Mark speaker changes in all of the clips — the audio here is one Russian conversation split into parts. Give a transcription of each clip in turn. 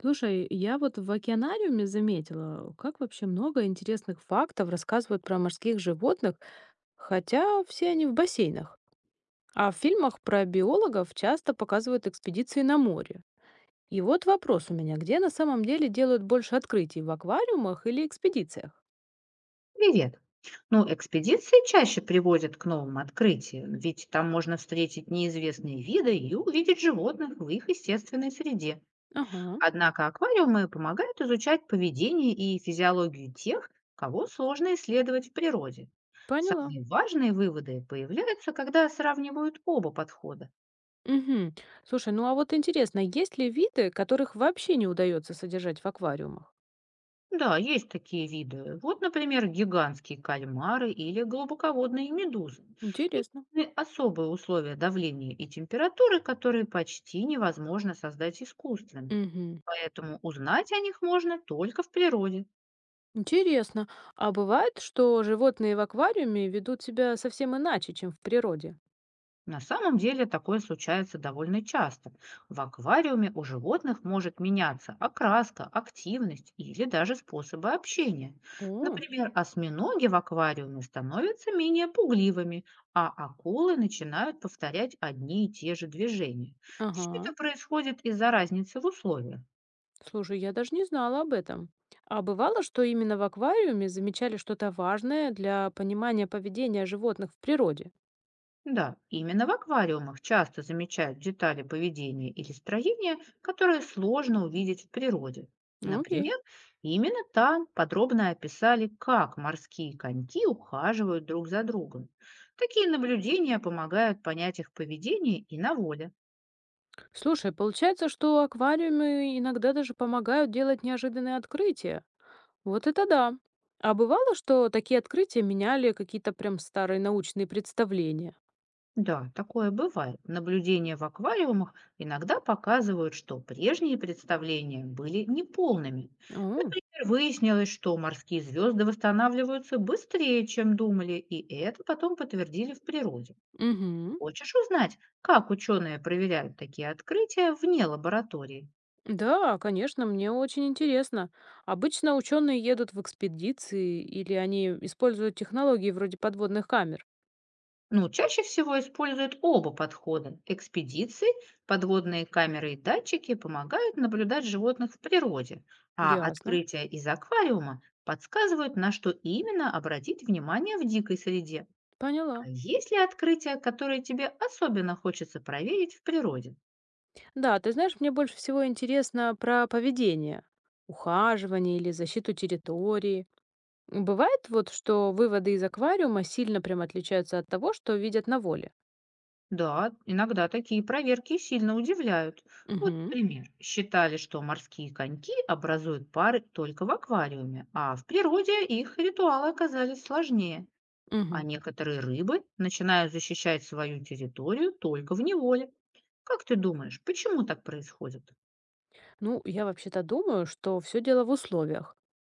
Speaker 1: Слушай, я вот в океанариуме заметила, как вообще много интересных фактов рассказывают про морских животных, хотя все они в бассейнах. А в фильмах про биологов часто показывают экспедиции на море. И вот вопрос у меня, где на самом деле делают больше открытий, в аквариумах или экспедициях?
Speaker 2: Привет. Ну, экспедиции чаще приводят к новым открытиям, ведь там можно встретить неизвестные виды и увидеть животных в их естественной среде.
Speaker 1: Ага,
Speaker 2: Однако аквариумы помогают изучать поведение и физиологию тех, кого сложно исследовать в природе.
Speaker 1: поняла.
Speaker 2: Самые важные выводы появляются, когда сравнивают оба подхода.
Speaker 1: Угу. Слушай, ну а вот интересно, есть ли виды, которых вообще не удается содержать в аквариумах?
Speaker 2: Да, есть такие виды. Вот, например, гигантские кальмары или глубоководные медузы. И
Speaker 1: Интересно.
Speaker 2: особые условия давления и температуры, которые почти невозможно создать искусственно.
Speaker 1: Угу.
Speaker 2: Поэтому узнать о них можно только в природе.
Speaker 1: Интересно, а бывает, что животные в аквариуме ведут себя совсем иначе, чем в природе?
Speaker 2: На самом деле такое случается довольно часто. В аквариуме у животных может меняться окраска, активность или даже способы общения.
Speaker 1: О,
Speaker 2: Например, осьминоги в аквариуме становятся менее пугливыми, а акулы начинают повторять одни и те же движения. Все это
Speaker 1: ага.
Speaker 2: происходит из-за разницы в условиях.
Speaker 1: Слушай, я даже не знала об этом. А бывало, что именно в аквариуме замечали что-то важное для понимания поведения животных в природе?
Speaker 2: Да, именно в аквариумах часто замечают детали поведения или строения, которые сложно увидеть в природе.
Speaker 1: Окей.
Speaker 2: Например, именно там подробно описали, как морские коньки ухаживают друг за другом. Такие наблюдения помогают понять их поведение и на воле.
Speaker 1: Слушай, получается, что аквариумы иногда даже помогают делать неожиданные открытия. Вот это да. А бывало, что такие открытия меняли какие-то прям старые научные представления?
Speaker 2: Да, такое бывает. Наблюдения в аквариумах иногда показывают, что прежние представления были неполными.
Speaker 1: О,
Speaker 2: Например, выяснилось, что морские звезды восстанавливаются быстрее, чем думали, и это потом подтвердили в природе.
Speaker 1: угу.
Speaker 2: Хочешь узнать, как ученые проверяют такие открытия вне лаборатории?
Speaker 1: Да, конечно, мне очень интересно. Обычно ученые едут в экспедиции или они используют технологии вроде подводных камер.
Speaker 2: Ну, чаще всего используют оба подхода. Экспедиции, подводные камеры и датчики помогают наблюдать животных в природе, а
Speaker 1: Ясно.
Speaker 2: открытия из аквариума подсказывают, на что именно обратить внимание в дикой среде.
Speaker 1: Поняла.
Speaker 2: А есть ли открытия, которые тебе особенно хочется проверить в природе?
Speaker 1: Да, ты знаешь, мне больше всего интересно про поведение, ухаживание или защиту территории. Бывает вот, что выводы из аквариума сильно прям отличаются от того, что видят на воле.
Speaker 2: Да, иногда такие проверки сильно удивляют. Вот,
Speaker 1: Угу.
Speaker 2: например, считали, что морские коньки образуют пары только в аквариуме, а в природе их ритуалы оказались сложнее. А
Speaker 1: Угу.
Speaker 2: некоторые рыбы начинают защищать свою территорию только в неволе. Как ты думаешь, почему так происходит?
Speaker 1: Ну, я вообще-то думаю, что все дело в условиях.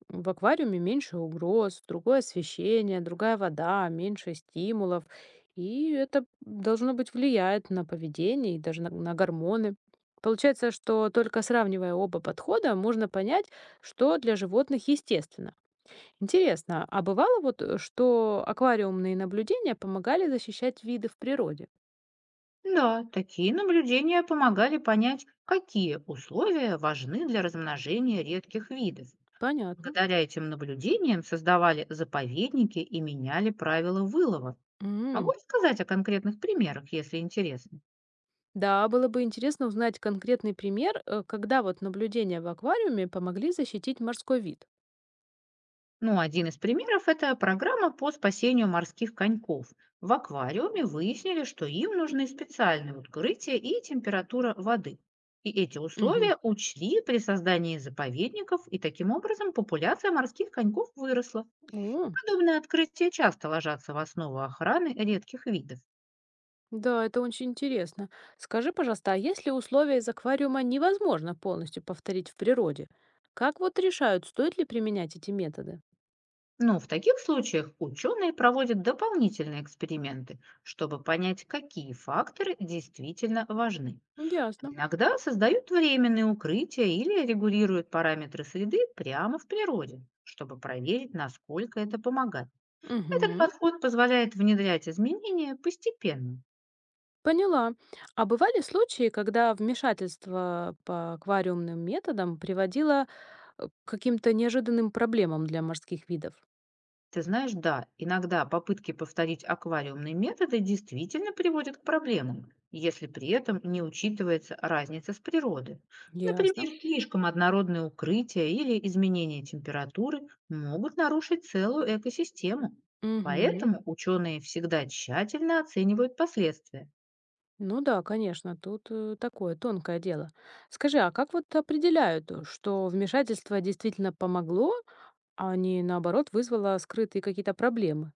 Speaker 1: В аквариуме меньше угроз, другое освещение, другая вода, меньше стимулов. И это должно быть влияет на поведение и даже на гормоны. Получается, что только сравнивая оба подхода, можно понять, что для животных естественно. Интересно, а бывало вот, что аквариумные наблюдения помогали защищать виды в природе?
Speaker 2: Да, такие наблюдения помогали понять, какие условия важны для размножения редких видов.
Speaker 1: Понятно.
Speaker 2: Благодаря этим наблюдениям создавали заповедники и меняли правила вылова. Могу
Speaker 1: М.
Speaker 2: рассказать о конкретных примерах, если интересно.
Speaker 1: Да, было бы интересно узнать конкретный пример, когда вот наблюдения в аквариуме помогли защитить морской вид.
Speaker 2: Ну, один из примеров– это программа по спасению морских коньков. В аквариуме выяснили, что им нужны специальные открытия и температура воды. И эти
Speaker 1: Мгм.
Speaker 2: условия учли при создании заповедников, и таким образом популяция морских коньков выросла.
Speaker 1: О,
Speaker 2: Подобные открытия часто ложатся в основу охраны редких видов.
Speaker 1: да, это очень интересно. Скажи, пожалуйста, а если условия из аквариума невозможно полностью повторить в природе, как вот решают, стоит ли применять эти методы?
Speaker 2: Но в таких случаях ученые проводят дополнительные эксперименты, чтобы понять, какие факторы действительно важны.
Speaker 1: Ясно.
Speaker 2: Иногда создают временные укрытия или регулируют параметры среды прямо в природе, чтобы проверить, насколько это помогает. Этот
Speaker 1: Мгм.
Speaker 2: подход позволяет внедрять изменения постепенно.
Speaker 1: Поняла. А бывали случаи, когда вмешательство по аквариумным методам приводило к каким-то неожиданным проблемам для морских видов?
Speaker 2: Ты знаешь, да, иногда попытки повторить аквариумные методы действительно приводят к проблемам, если при этом не учитывается разница с природой.
Speaker 1: Ясно.
Speaker 2: Например, слишком однородные укрытия или изменение температуры могут нарушить целую экосистему.
Speaker 1: Мгм.
Speaker 2: Поэтому ученые всегда тщательно оценивают последствия.
Speaker 1: Ну да, конечно, тут такое тонкое дело. Скажи, а как вот определяют, что вмешательство действительно помогло, а не наоборот вызвало скрытые какие-то проблемы?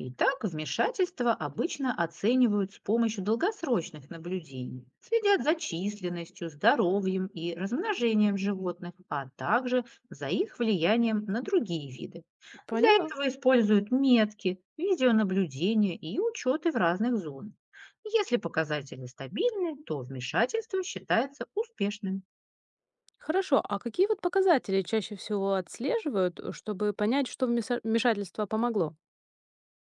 Speaker 2: Итак, вмешательства обычно оценивают с помощью долгосрочных наблюдений, следят за численностью, здоровьем и размножением животных, а также за их влиянием на другие виды. Для
Speaker 1: Поняла.
Speaker 2: этого используют метки, видеонаблюдения и учеты в разных зонах. Если показатели стабильны, то вмешательство считается успешным.
Speaker 1: Хорошо, а какие вот показатели чаще всего отслеживают, чтобы понять, что вмешательство помогло?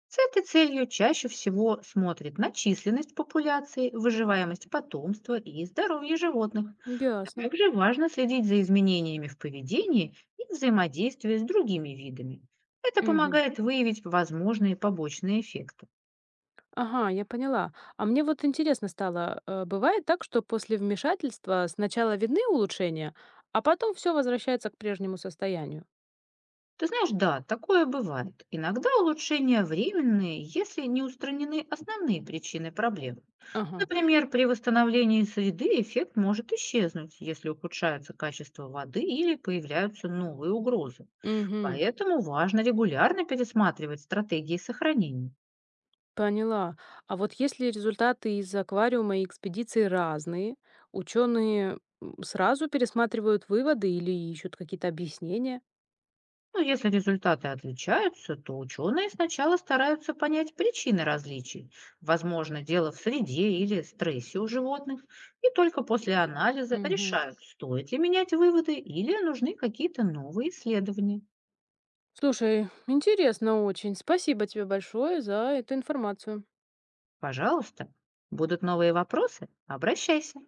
Speaker 2: С этой целью чаще всего смотрят на численность популяции, выживаемость потомства и здоровье животных.
Speaker 1: Ясно.
Speaker 2: Также важно следить за изменениями в поведении и взаимодействии с другими видами. Это
Speaker 1: Мгм.
Speaker 2: помогает выявить возможные побочные эффекты.
Speaker 1: Ага, я поняла. А мне вот интересно стало, бывает так, что после вмешательства сначала видны улучшения, а потом все возвращается к прежнему состоянию?
Speaker 2: Ты знаешь, да, такое бывает. Иногда улучшения временные, если не устранены основные причины проблемы.
Speaker 1: Ага.
Speaker 2: Например, при восстановлении среды эффект может исчезнуть, если ухудшается качество воды или появляются новые угрозы.
Speaker 1: Угу.
Speaker 2: Поэтому важно регулярно пересматривать стратегии сохранения.
Speaker 1: Поняла. А вот если результаты из аквариума и экспедиции разные, ученые сразу пересматривают выводы или ищут какие-то объяснения?
Speaker 2: Ну, если результаты отличаются, то ученые сначала стараются понять причины различий. Возможно, дело в среде или стрессе у животных. И только после анализа
Speaker 1: Мгм.
Speaker 2: решают, стоит ли менять выводы или нужны какие-то новые исследования.
Speaker 1: Слушай, интересно очень. Спасибо тебе большое за эту информацию.
Speaker 2: Пожалуйста, будут новые вопросы? Обращайся.